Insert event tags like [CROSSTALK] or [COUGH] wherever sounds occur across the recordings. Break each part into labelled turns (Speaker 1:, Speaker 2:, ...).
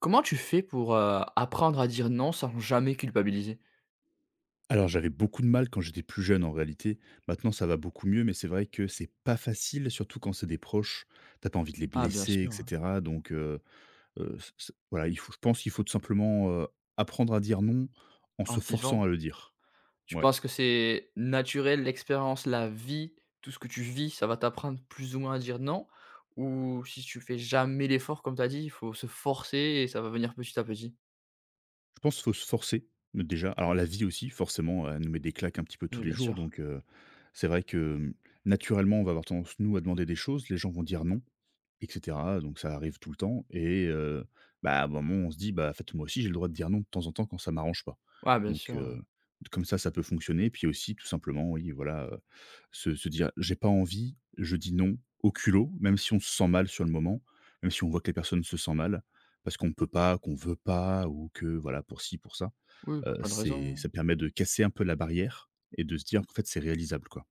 Speaker 1: Comment tu fais pour, apprendre à dire non sans jamais culpabiliser?
Speaker 2: Alors j'avais beaucoup de mal quand j'étais plus jeune en réalité. Maintenant ça va beaucoup mieux, mais c'est vrai que c'est pas facile, surtout quand c'est des proches. T'as pas envie de les
Speaker 1: Ah bien
Speaker 2: blesser, et
Speaker 1: sûr, hein,
Speaker 2: cetera. Donc c c voilà, il faut je pense qu'il faut tout simplement, apprendre à dire non en se
Speaker 1: en vivant.
Speaker 2: forçant à le dire.
Speaker 1: Tu
Speaker 2: Ouais.
Speaker 1: penses que c'est naturel, l'expérience, la vie, tout ce que tu vis, ça va t'apprendre plus ou moins à dire non? Ou si tu fais jamais l'effort comme tu as dit, il faut se forcer et ça va venir petit à petit?
Speaker 2: Je pense qu'il faut se forcer, déjà. Alors la vie aussi forcément, elle nous met des claques un petit peu tous
Speaker 1: Oui,
Speaker 2: les
Speaker 1: bien
Speaker 2: jours,
Speaker 1: sûr.
Speaker 2: donc c'est vrai que, naturellement on va avoir tendance nous à demander des choses, les gens vont dire non, et cetera, donc ça arrive tout le temps et bah, à un moment, on se dit: «Bah, en fait, moi aussi, j'ai le droit de dire non de temps en temps quand ça m'arrange pas».
Speaker 1: Ouais, bien
Speaker 2: Donc
Speaker 1: sûr, ouais.
Speaker 2: comme ça peut fonctionner. Puis aussi, tout simplement, oui, voilà, se dire: «J'ai pas envie, je dis non au culot», même si on se sent mal sur le moment, même si on voit que les personnes se sentent mal, parce qu'on peut pas, qu'on veut pas ou que voilà, pour ci, pour ça
Speaker 1: Oui, pour plein de raisons,
Speaker 2: c'est
Speaker 1: hein.
Speaker 2: ça permet de casser un peu la barrière et de se dire qu'en fait, c'est réalisable, quoi.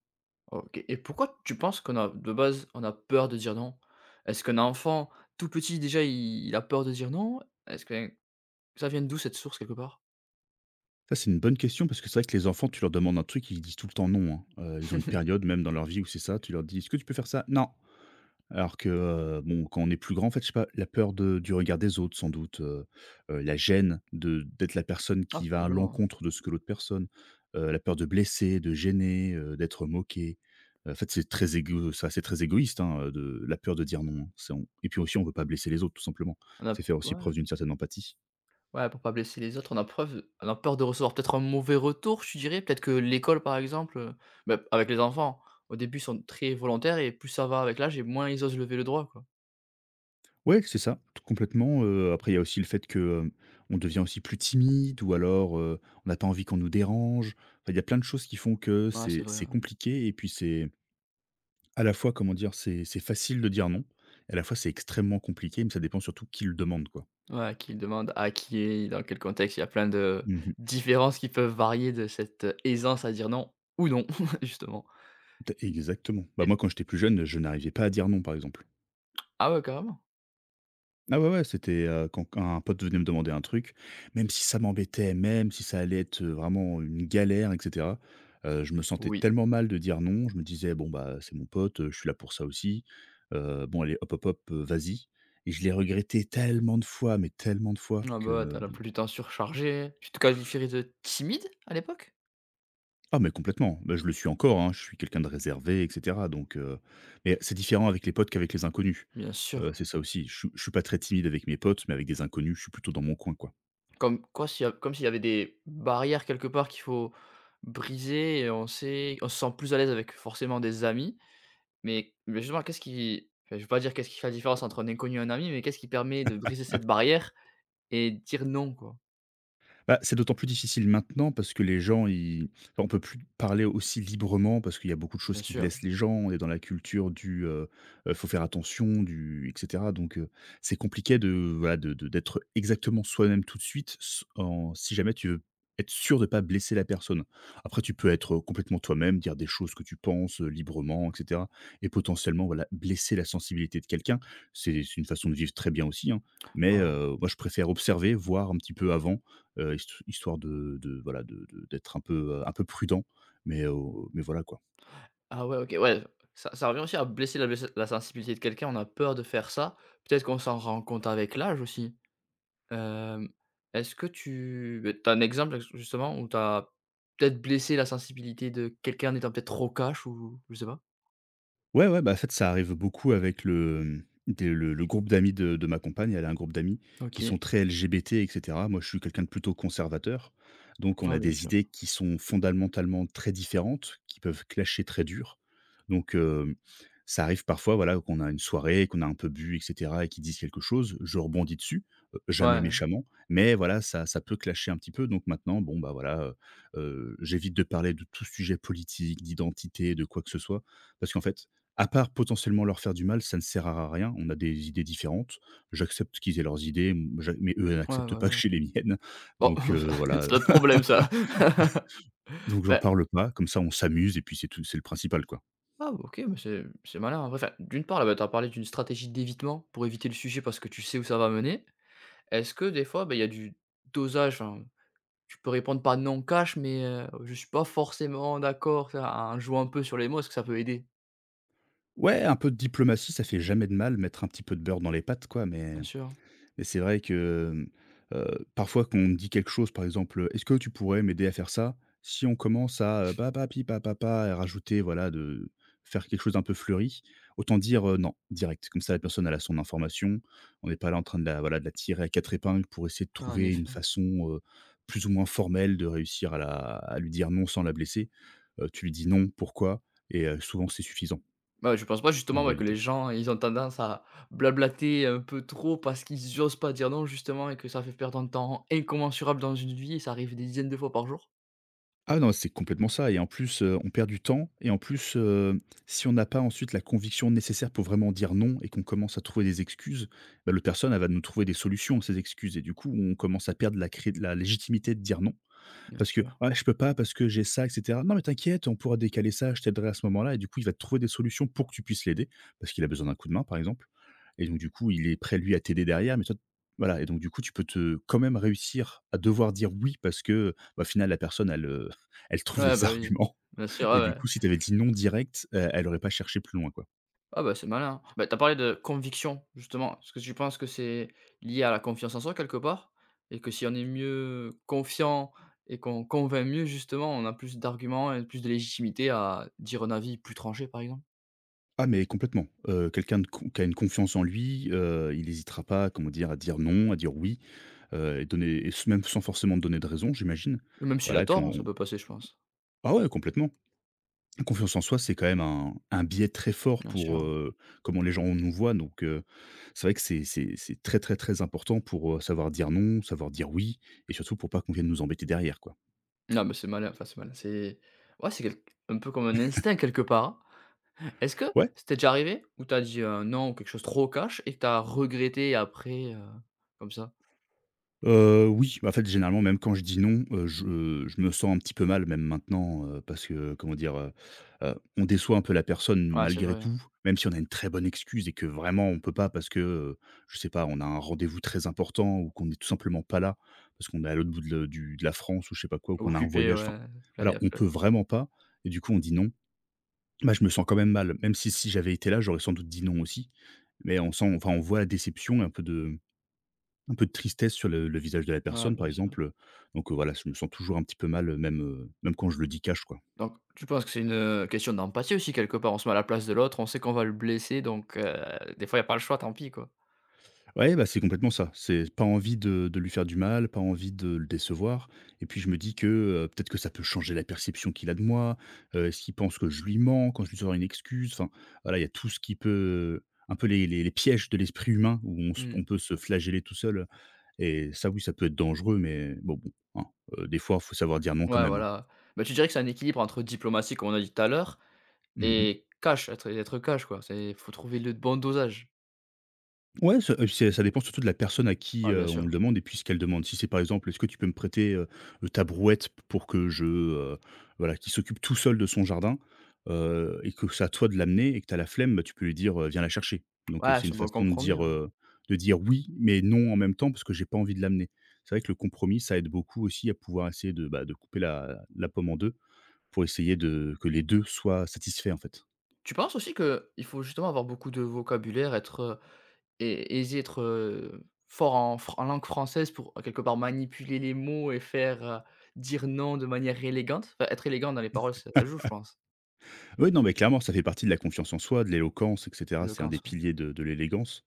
Speaker 1: OK, et pourquoi tu penses qu'on a de base, on a peur de dire non? Est-ce qu'un enfant tout petit déjà, il a peur de dire non? Est-ce que ça vient d'où cette source quelque part?
Speaker 2: Ça, c'est une bonne question parce que c'est vrai que les enfants, tu leur demandes un truc, ils disent tout le temps non, hein. Ils ont une
Speaker 1: [LAUGHS]
Speaker 2: période même dans leur vie où c'est ça, tu leur dis: «Est-ce que tu peux faire ça?» «Non». Alors que, bon, quand on est plus grand, en fait, je sais pas, la peur de du regard des autres sans doute, la gêne de d'être la personne
Speaker 1: Ah
Speaker 2: qui va à
Speaker 1: probablement, hein.
Speaker 2: l'encontre de ce que l'autre personne, la peur de blesser, de gêner, d'être moqué. En fait, c'est très égo ça, c'est très égoïste, hein, de la peur de dire non, hein. C'est on et puis aussi, on veut pas blesser les autres tout simplement.
Speaker 1: On a
Speaker 2: C'est faire aussi
Speaker 1: ouais,
Speaker 2: preuve d'une certaine empathie.
Speaker 1: ouais, pour pas blesser les autres, on a preuve on a peur de recevoir peut-être un mauvais retour, je dirais, peut-être que l'école, par exemple, bah, avec les enfants, au début, ils sont très volontaires et plus ça va avec l'âge et moins ils osent lever le doigt, quoi.
Speaker 2: Ouais, c'est ça, t complètement, après il y a aussi le fait que, on devient aussi plus timide ou alors, on n'a pas envie qu'on nous dérange. Enfin, il y a plein de choses qui font que
Speaker 1: Ouais,
Speaker 2: c'est
Speaker 1: c'est vrai,
Speaker 2: c'est
Speaker 1: hein.
Speaker 2: compliqué et puis c'est à la fois, comment dire? C'est facile de dire non et à la fois c'est extrêmement compliqué, mais ça dépend surtout qui le demande, quoi.
Speaker 1: Ouais, à qui il demande, à qui est dans quel contexte, il y a plein de
Speaker 2: Mmh.
Speaker 1: différences qui peuvent varier de cette, aisance à dire non ou non, [LAUGHS] justement.
Speaker 2: T Exactement. Bah,
Speaker 1: Et
Speaker 2: moi, quand j'étais plus jeune, je n'arrivais pas à dire non, par exemple.
Speaker 1: ah ouais, carrément?
Speaker 2: Ah ouais, ouais, c'était, quand un pote venait me demander un truc, même si ça m'embêtait, même si ça allait être, vraiment une galère et cetera, je me sentais
Speaker 1: Oui.
Speaker 2: tellement mal de dire non. Je me disais: «Bon, bah, c'est mon pote, je suis là pour ça aussi, bon allez hop, hop, hop, vas-y» et je l'ai regretté tellement de fois, mais tellement de fois
Speaker 1: Ah
Speaker 2: que
Speaker 1: bah, ouais, tu
Speaker 2: euh, bon.
Speaker 1: l'emploi du temps surchargé. Tu te qualifierais de timide à l'époque?
Speaker 2: Ah mais complètement, bah, je le suis encore, hein, je suis quelqu'un de réservé et cetera donc mais c'est différent avec les potes qu'avec les inconnus.
Speaker 1: Bien sûr.
Speaker 2: C'est ça aussi. Je suis pas très timide avec mes potes, mais avec des inconnus, je suis plutôt dans mon coin, quoi.
Speaker 1: Comme quoi s'il y a comme s'il y avait des barrières quelque part qu'il faut briser et on sait on se sent plus à l'aise avec forcément des amis. Mais justement qu'est-ce qui enfin je vais pas dire qu'est-ce qui fait la différence entre un inconnu et un ami, mais qu'est-ce qui permet de briser cette barrière et dire non quoi?
Speaker 2: Bah, c'est d'autant plus difficile maintenant parce que les gens, ils enfin, on peut plus parler aussi librement parce qu'il y a beaucoup de choses
Speaker 1: Bien
Speaker 2: qui
Speaker 1: sûr.
Speaker 2: blessent les gens. On est dans la culture du, faut faire attention, du et cetera. Donc, c'est compliqué de, voilà, de d'être exactement soi-même tout de suite s en si jamais tu veux être sûr de pas blesser la personne. Après tu peux être complètement toi-même, dire des choses que tu penses, librement et cetera et potentiellement, voilà, blesser la sensibilité de quelqu'un. C'est une façon de vivre très bien aussi, hein, mais,
Speaker 1: Ouais.
Speaker 2: moi je préfère observer, voir un petit peu avant histoire de voilà de d'être un peu prudent, mais heu, mais voilà quoi.
Speaker 1: Ah ouais, OK, ouais, ça ça revient aussi à blesser la blesse la sensibilité de quelqu'un, on a peur de faire ça. Peut-être qu'on s'en rend compte avec l'âge aussi. Hem, est-ce que tu as un exemple ex justement où tu as peut-être blessé la sensibilité de quelqu'un en étant peut-être trop cash ou je sais pas?
Speaker 2: Ouais, ouais, bah, en fait, ça arrive beaucoup avec le, mmh, des le groupe d'amis de ma compagne. Elle a un groupe d'amis qui sont
Speaker 1: OK.
Speaker 2: très LGBT et cetera. Moi, je suis quelqu'un de plutôt conservateur, donc on
Speaker 1: Ouais,
Speaker 2: a
Speaker 1: bien
Speaker 2: des
Speaker 1: sûr.
Speaker 2: idées qui sont fondamentalement très différentes, qui peuvent clasher très dur. Donc, ça arrive parfois, voilà, qu'on a une soirée, qu'on a un peu bu et cetera et qu'ils disent quelque chose, je rebondis dessus, jamais
Speaker 1: Ouais,
Speaker 2: méchamment, mais voilà, ça peut clasher un petit peu. Donc maintenant, bon, bah, voilà, j'évite de parler de tout sujet politique, d'identité, de quoi que ce soit, parce qu'en fait, à part potentiellement leur faire du mal, ça ne sert à rien. On a des idées différentes. J'accepte qu'ils aient leurs idées, mmh, j'a mais eux
Speaker 1: ouais,
Speaker 2: n'acceptent pas que
Speaker 1: voilà.
Speaker 2: j'ai les miennes.
Speaker 1: Bon,
Speaker 2: Donc
Speaker 1: [LAUGHS]
Speaker 2: heu, voilà,
Speaker 1: c'est notre problème ça. [LAUGHS]
Speaker 2: [LAUGHS] donc j'en
Speaker 1: Bah,
Speaker 2: parle pas, comme ça on s'amuse et puis c'est tout, c'est le principal, quoi.
Speaker 1: ah OK, mais c'est malin en vrai. Enfin, d'une part, là, bah, tu as parlé d'une stratégie d'évitement pour éviter le sujet parce que tu sais où ça va mener. Est-ce que des fois, bah, il y a du dosage, enfin, tu peux répondre par non cash, mais je suis pas forcément d'accord, ça sais, en jouant un peu sur les mots, est-ce que ça peut aider?
Speaker 2: Ouais, un peu de diplomatie, ça fait jamais de mal, mettre un petit peu de beurre dans les pâtes, quoi. Mais
Speaker 1: Bien sûr.
Speaker 2: et c'est vrai que, parfois qu'on me dit quelque chose, par exemple, «Est-ce que tu pourrais m'aider à faire ça?», si on commence à, papa papi papa et rajouter voilà de faire quelque chose d'un peu fleuri, autant dire, non, direct. Comme ça la personne elle a son information. On n'est pas là en train de la voilà de la tirer à 4 épingles pour essayer de
Speaker 1: Ouais, en
Speaker 2: trouver
Speaker 1: effet.
Speaker 2: une façon, heu, plus ou moins formelle de réussir à lui dire non sans la blesser. Tu lui dis: «Non, pourquoi?» et souvent c'est suffisant
Speaker 1: Bah, je pense pas
Speaker 2: en
Speaker 1: justement, ouais, que les
Speaker 2: réalité.
Speaker 1: gens, ils ont tendance à blablater un peu trop parce qu'ils osent pas dire non justement et que ça fait perdre un temps incommensurable dans une vie et ça arrive des dizaines de fois par jour?
Speaker 2: Ah non, c'est complètement ça et en plus, on perd du temps et en plus, si on n'a pas ensuite la conviction nécessaire pour vraiment dire non et qu'on commence à trouver des excuses, bah, l'autre personne, elle va nous trouver des solutions à ces excuses et du coup, on commence à perdre la légitimité de dire non
Speaker 1: Bien
Speaker 2: parce que:
Speaker 1: sûr.
Speaker 2: «Ouais, je peux pas parce que j'ai ça et cetera». «Non mais t'inquiète, on pourra décaler ça, je t'aiderai à ce moment-là» et du coup, il va trouver des solutions pour que tu puisses l'aider, parce qu'il a besoin d'un coup de main, par exemple et donc du coup, il est prêt, lui, à t'aider derrière, mais toi voilà et donc du coup, tu peux te quand même réussir à devoir dire «oui» parce que, bah, au final, la personne, elle, [LAUGHS] elle trouve
Speaker 1: Ouais,
Speaker 2: des
Speaker 1: bah, oui.
Speaker 2: arguments
Speaker 1: Bien sûr,
Speaker 2: [LAUGHS] et
Speaker 1: ouais,
Speaker 2: du
Speaker 1: ouais.
Speaker 2: coup, si tu avais dit «non» direct, elle aurait pas cherché plus loin, quoi.
Speaker 1: Ah, bah, c'est malin. Bah, t'as parlé de conviction justement. Est-ce que tu penses que c'est lié à la confiance en soi quelque part? Et que si on est mieux confiant et qu'on convainc mieux justement, on a plus d'arguments et plus de légitimité à dire un avis plus tranché par exemple?
Speaker 2: Ah mais complètement, quelqu'un de con qui a une confiance en lui, il n'hésitera pas, comment dire, à dire «non», à dire «oui», et donner et même sans forcément te donner de raison, j'imagine.
Speaker 1: Même s'il a
Speaker 2: Voilà et puis
Speaker 1: tort, hein, ça
Speaker 2: on
Speaker 1: peut passer je pense.
Speaker 2: ah ouais, complètement. La confiance en soi, c'est quand même un biais très fort
Speaker 1: Bien
Speaker 2: pour,
Speaker 1: sûr.
Speaker 2: comment les gens nous voient donc c'est vrai que c'est très, très, très important pour, savoir dire non, savoir dire oui et surtout pour pas qu'on vienne nous embêter derrière, quoi.
Speaker 1: Non, mais c'est malin, enfin c'est malin, c'est ouais, c'est quelque un peu comme un instinct quelque part. Est-ce que
Speaker 2: Ouais.
Speaker 1: c'était déjà arrivé où t'as dit, non, ou quelque chose trop cash et que tu regretté après, comme ça?
Speaker 2: Oui, bah, en fait, généralement, même quand je dis non, je me sens un petit peu mal même maintenant, parce que comment dire? On déçoit un peu la personne
Speaker 1: Ouais, c'est
Speaker 2: malgré
Speaker 1: vrai, hein.
Speaker 2: tout, même si on a une très bonne excuse et que vraiment on peut pas parce que, je sais pas, on a un rendez-vous très important ou qu'on est tout simplement pas là, parce qu'on est à l'autre bout de le du de la France ou je sais pas quoi, ou qu'on a un
Speaker 1: Occupé,
Speaker 2: voyage, enfin,
Speaker 1: ouais, là il y
Speaker 2: voilà,
Speaker 1: a
Speaker 2: on
Speaker 1: peu
Speaker 2: peut vraiment pas et du coup on dit non. Bah, je me sens quand même mal, même si j'avais été là, j'aurais sans doute dit non aussi, mais on sent enfin, on voit la déception et un peu de tristesse sur le visage de la
Speaker 1: ouais,
Speaker 2: personne, par
Speaker 1: bien sûr.
Speaker 2: exemple, donc voilà, je me sens toujours un petit peu mal, même quand je le dis cash, quoi.
Speaker 1: Donc tu penses que c'est une, question d'empathie aussi quelque part? On se met à la place de l'autre, on sait qu'on va le blesser donc des fois il y a pas le choix, tant pis, quoi.
Speaker 2: Ouais, bah, c'est complètement ça. C'est pas envie de lui faire du mal, pas envie de le décevoir et puis je me dis que, peut-être que ça peut changer la perception qu'il a de moi, est-ce qu'il pense que je lui mens quand je lui sors une excuse? Enfin, voilà, il y a tout ce qui peut un peu les pièges de l'esprit humain où on se on
Speaker 1: Mmh.
Speaker 2: peut se flageller tout seul et ça, oui, ça peut être dangereux mais bon, hein, des fois, il faut savoir dire non quand
Speaker 1: Ouais,
Speaker 2: même, hein.
Speaker 1: voilà. Bah, tu dirais que c'est un équilibre entre diplomatie, comme on a dit tout à l'heure
Speaker 2: Mmh.
Speaker 1: et cash, être cash, quoi. C'est faut trouver le bon dosage.
Speaker 2: Ouais, ça, c'est ça dépend surtout de la personne à qui,
Speaker 1: Ouais, bien
Speaker 2: on le
Speaker 1: sûr.
Speaker 2: demande et puis ce qu'elle demande. Si c'est par exemple : « Est-ce que tu peux me prêter, ta brouette pour que je », voilà, qui s'occupe tout seul de son jardin, et que c'est à toi de l'amener et que tu as la flemme, bah, tu peux lui dire, Viens la chercher ». Donc
Speaker 1: Ouais,
Speaker 2: c'est une
Speaker 1: c'est un bon
Speaker 2: façon
Speaker 1: compromis, ouais.
Speaker 2: de dire oui, mais non en même temps parce que j'ai pas envie de l'amener. C'est vrai que le compromis, ça aide beaucoup aussi à pouvoir essayer de, bah, de couper la pomme en 2 pour essayer de que les 2 soient satisfaits, en fait.
Speaker 1: Tu penses aussi que il faut justement avoir beaucoup de vocabulaire, être, ai aisé, être, fort en fr en langue française pour, quelque part, manipuler les mots et faire, dire non de manière élégante? Enfin, être élégant dans les paroles, ça ça joue, je pense.
Speaker 2: Oui, non, mais clairement, ça fait partie de la confiance en soi, de l'éloquence, et cetera. C'est un des
Speaker 1: Éloquence, ouais.
Speaker 2: piliers de l'élégance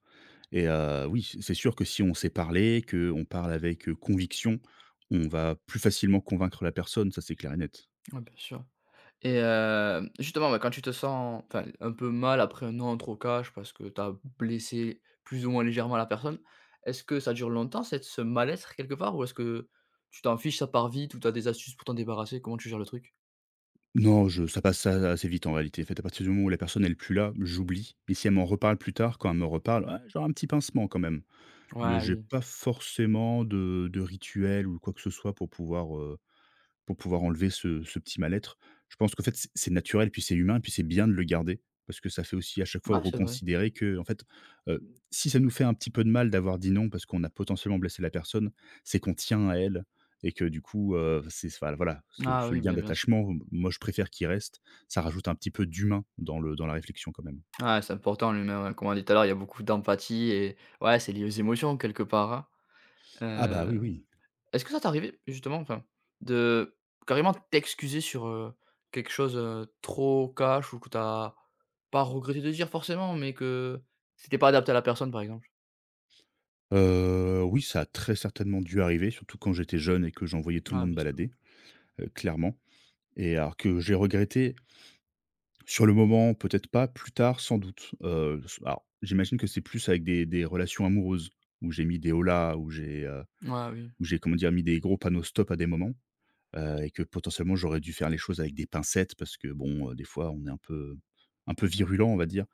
Speaker 2: et oui, c'est sûr que si on sait parler, qu'on parle avec, conviction, on va plus facilement convaincre la personne, ça, c'est clair et net.
Speaker 1: Ouais, bien sûr. Et hem, justement, bah, quand tu te sens, enfin, un peu mal après un non trop cash parce que tu as blessé plus ou moins légèrement la personne, est-ce que ça dure longtemps, cette ce mal-être, quelque part? Ou est-ce que tu t'en fiches, ça part vite ou tu as des astuces pour t'en débarrasser? Comment tu gères le truc?
Speaker 2: Non, je ça passe a assez vite en réalité. En fait, à partir du moment où la personne n'est plus là, j'oublie et si elle m'en reparle plus tard, quand elle me reparle : « Ah, j'aurais un petit pincement quand même ». Mais
Speaker 1: Ouais,
Speaker 2: j'ai
Speaker 1: oui.
Speaker 2: pas forcément de rituel ou quoi que ce soit pour pouvoir enlever ce petit mal-être. Je pense qu'en fait, c'est naturel, puis c'est humain, puis c'est bien de le garder parce que ça fait aussi à chaque fois
Speaker 1: Ah c'est vrai.
Speaker 2: reconsidérer que en fait, heu, si ça nous fait un petit peu de mal d'avoir dit non parce qu'on a potentiellement blessé la personne, c'est qu'on tient à elle et que du coup, c'est enfin voilà, ce
Speaker 1: Ah
Speaker 2: ce
Speaker 1: oui,
Speaker 2: lien
Speaker 1: ben bien sûr.
Speaker 2: d'attachement, moi je préfère qu'il reste. Ça rajoute un petit peu d'humain dans le dans la réflexion quand même.
Speaker 1: Ah c'est important l'humain, ouais. Comme on dit tout à l'heure, il y a beaucoup d'empathie et ouais, c'est lié aux émotions quelque part, hein.
Speaker 2: Ah bah
Speaker 1: Heu,
Speaker 2: oui, oui.
Speaker 1: est-ce que ça t'est arrivé justement, enfin, de carrément t'excuser sur, quelque chose, trop cash ou que t'as pas regretté de dire forcément, mais que c'était pas adapté à la personne, par exemple?
Speaker 2: Oui, ça a très certainement dû arriver, surtout quand j'étais jeune et que j'envoyais tout le
Speaker 1: Ah,
Speaker 2: monde
Speaker 1: bien sûr.
Speaker 2: balader, clairement et alors que j'ai regretté sur le moment, peut-être pas, plus tard sans doute, alors j'imagine que c'est plus avec des relations amoureuses où j'ai mis des holà,
Speaker 1: Ah oui.
Speaker 2: où j'ai, comment dire, mis des gros panneaux stop à des moments, et que potentiellement j'aurais dû faire les choses avec des pincettes parce que bon, des fois on est un peu virulent, on va dire.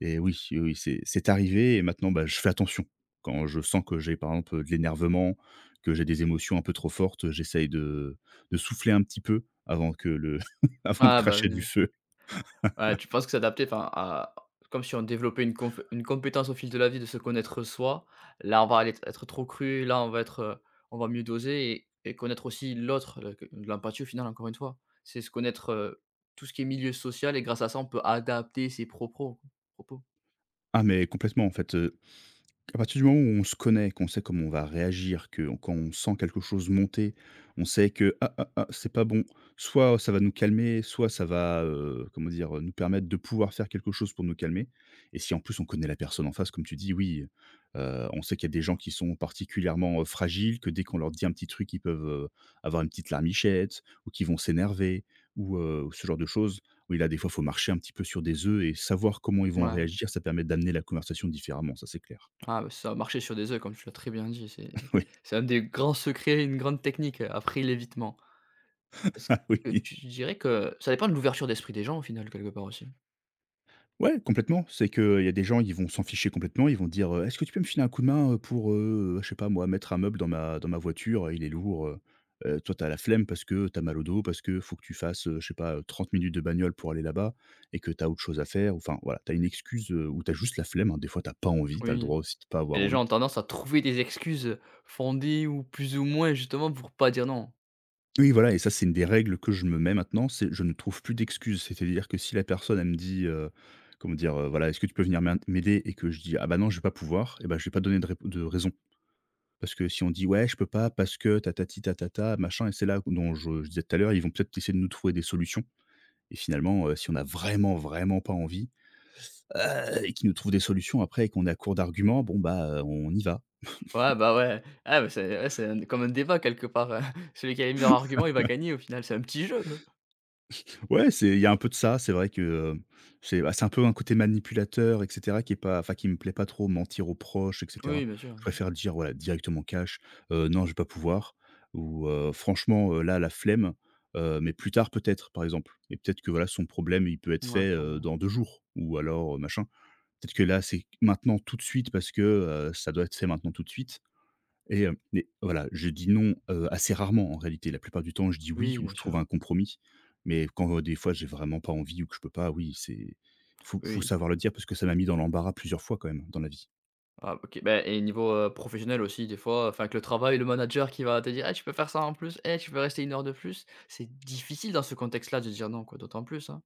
Speaker 2: Et oui, oui, oui, c'est arrivé et maintenant, bah, je fais attention. Quand je sens que j'ai, par exemple, de l'énervement, que j'ai des émotions un peu trop fortes, j'essaye de souffler un petit peu avant que le [LAUGHS] avant de
Speaker 1: Ah bah,
Speaker 2: cracher du
Speaker 1: oui.
Speaker 2: feu.
Speaker 1: Ouais, tu penses que s'adapter, enfin, à comme si on développait une conf une compétence au fil de la vie de se connaître soi, là, on va aller être trop cru, là, on va être, on va mieux doser et connaître aussi l'autre, que de l'empathie au final, encore une fois. C'est se connaître, tout ce qui est milieu social et grâce à ça, on peut adapter ses propos propos.
Speaker 2: Ah mais complètement en fait. À partir du moment où on se connaît, qu'on sait comment on va réagir, que quand on sent quelque chose monter, on sait que c'est pas bon. Soit ça va nous calmer, soit ça va, comment dire, nous permettre de pouvoir faire quelque chose pour nous calmer. Et si en plus on connaît la personne en face, comme tu dis, oui, on sait qu'il y a des gens qui sont particulièrement, fragiles, que dès qu'on leur dit un petit truc, ils peuvent, avoir une petite larmichette ou qui vont s'énerver ou ce genre de choses. Oui, là, des fois, faut marcher un petit peu sur des œufs et savoir comment ils vont
Speaker 1: Ouais.
Speaker 2: réagir, ça permet d'amener la conversation différemment, ça c'est clair.
Speaker 1: Ah, bah, ça, a marché sur des œufs, comme tu l'as très bien dit, c'est
Speaker 2: Oui,
Speaker 1: c'est un des grands secrets, une grande technique, après l'évitement.
Speaker 2: [LAUGHS]
Speaker 1: Est-ce
Speaker 2: ah
Speaker 1: que
Speaker 2: oui.
Speaker 1: tu dirais que ça dépend de l'ouverture d'esprit des gens, au final, quelque part aussi?
Speaker 2: Ouais, complètement. C'est qu'il y a des gens, ils vont s'en ficher complètement. Ils vont dire, Est-ce que tu peux me filer un coup de main, pour, je sais pas moi, mettre un meuble dans ma voiture, il est lourd, heu ». Toi, t'as la flemme parce que t'as mal au dos, parce que faut que tu fasses, je sais pas, 30 minutes de bagnole pour aller là-bas et que t'as autre chose à faire. Enfin, voilà, t'as une excuse, ou t'as juste la flemme, hein. Des fois, t'as pas envie, t'as le
Speaker 1: Oui.
Speaker 2: droit aussi de pas
Speaker 1: Et
Speaker 2: avoir
Speaker 1: les
Speaker 2: envie.
Speaker 1: gens ont tendance à trouver des excuses fondées ou plus ou moins justement pour pas dire non.
Speaker 2: Oui, voilà et ça, c'est une des règles que je me mets maintenant, c'est je ne trouve plus d'excuses. C'est-à-dire que si la personne, elle me dit, comment dire? Voilà : « Est-ce que tu peux venir m'aider ? » et que je dis : « Ah bah non, je vais pas pouvoir » et ben je vais pas donner de raison. Parce que si on dit : « Ouais, je peux pas parce que tatati tatata, machin » et c'est là dont je disais tout à l'heure, ils vont peut-être essayer de nous trouver des solutions et finalement, si on a vraiment, vraiment pas envie, et qu'ils nous trouvent des solutions après et qu'on est à court d'arguments, bon bah, on y va.
Speaker 1: Ouais, bah, ouais. Ah, bah, c'est ouais, c'est un comme un débat quelque part, [LAUGHS] celui qui a les meilleurs arguments, il va gagner au final, c'est un petit jeu.
Speaker 2: Ouais, c'est il y a un peu de ça. C'est vrai que, c'est bah, c'est un peu un côté manipulateur et cetera qui est pas enfin, qui me plaît pas trop, mentir aux proches et cetera.
Speaker 1: Oui, bien sûr.
Speaker 2: Je préfère dire, voilà, directement cash, Non, je vais pas pouvoir » ou Franchement, là, la flemme, mais plus tard peut-être », par exemple et peut-être que, voilà, son problème, il peut être
Speaker 1: Ouais,
Speaker 2: fait,
Speaker 1: clairement.
Speaker 2: dans 2 jours ou alors, machin. Peut-être que là, c'est maintenant tout de suite parce que, ça doit être fait maintenant tout de suite et mais voilà, je dis non, assez rarement en réalité. La plupart du temps, je dis oui
Speaker 1: Oui,
Speaker 2: ou
Speaker 1: bien
Speaker 2: je trouve
Speaker 1: sûr.
Speaker 2: un compromis. Mais quand, des fois, j'ai vraiment pas envie ou que je peux pas, oui, c'est faut
Speaker 1: Oui.
Speaker 2: savoir le dire parce que ça m'a mis dans l'embarras plusieurs fois quand même dans la vie.
Speaker 1: Ah, OK. Ben et niveau, professionnel aussi des fois, enfin avec le travail, le manager qui va te dire: «Eh, tu peux faire ça en plus, eh, tu peux rester une heure de plus». C'est difficile dans ce contexte-là de dire non quoi, d'autant plus, hein.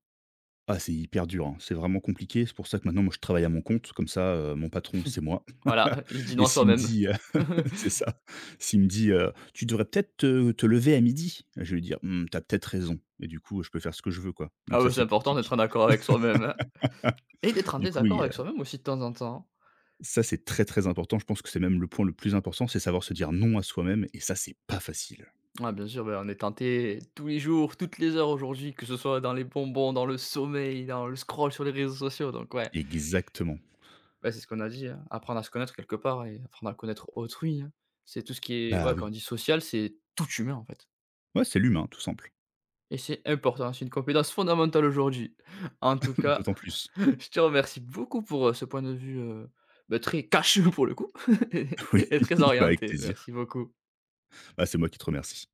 Speaker 2: Ah, c'est hyper dur, hein, c'est vraiment compliqué. C'est pour ça que maintenant, moi, je travaille à mon compte. Comme ça, mon patron, c'est
Speaker 1: [LAUGHS]
Speaker 2: moi.
Speaker 1: Voilà, il dit
Speaker 2: [LAUGHS] Et
Speaker 1: non à
Speaker 2: s'il me
Speaker 1: soi-même.
Speaker 2: dit, heu. [LAUGHS] C'est
Speaker 1: [LAUGHS]
Speaker 2: ça. S'il me dit, Tu devrais peut-être te lever à midi. » Je vais lui dire : « Mmh, tu peut-être raison » et du coup, je peux faire ce que je veux, quoi. Donc
Speaker 1: Ah,
Speaker 2: ça,
Speaker 1: ouais c'est
Speaker 2: c'est
Speaker 1: important
Speaker 2: pratique.
Speaker 1: d'être en accord avec soi-même, hein. Et d'être en
Speaker 2: Du coup,
Speaker 1: désaccord
Speaker 2: oui,
Speaker 1: avec soi-même aussi de temps en temps.
Speaker 2: ça, c'est très, très important. Je pense que c'est même le point le plus important, c'est savoir se dire non à soi-même et ça, c'est pas facile.
Speaker 1: Ouais, bien sûr, ben, on est tenté tous les jours, toutes les heures aujourd'hui, que ce soit dans les bonbons, dans le sommeil, dans le scroll sur les réseaux sociaux, donc ouais.
Speaker 2: Exactement.
Speaker 1: Bah, c'est ce qu'on a dit, hein, apprendre à se connaître quelque part et apprendre à connaître autrui, hein. C'est tout ce qui est
Speaker 2: Bah,
Speaker 1: ouais, quand on
Speaker 2: oui.
Speaker 1: dit social, c'est tout humain, en fait
Speaker 2: Ouais, c'est l'humain, tout simple.
Speaker 1: et c'est important, c'est une compétence fondamentale aujourd'hui. [LAUGHS] En tout
Speaker 2: [LAUGHS]
Speaker 1: cas,
Speaker 2: D'autant plus.
Speaker 1: [LAUGHS] je te remercie beaucoup pour, ce point de vue, bah, très cash pour le coup [LAUGHS] et
Speaker 2: [LAUGHS] Oui,
Speaker 1: et très
Speaker 2: bah, avec
Speaker 1: orienté.
Speaker 2: plaisir.
Speaker 1: Merci beaucoup.
Speaker 2: Bah, c'est moi qui te remercie.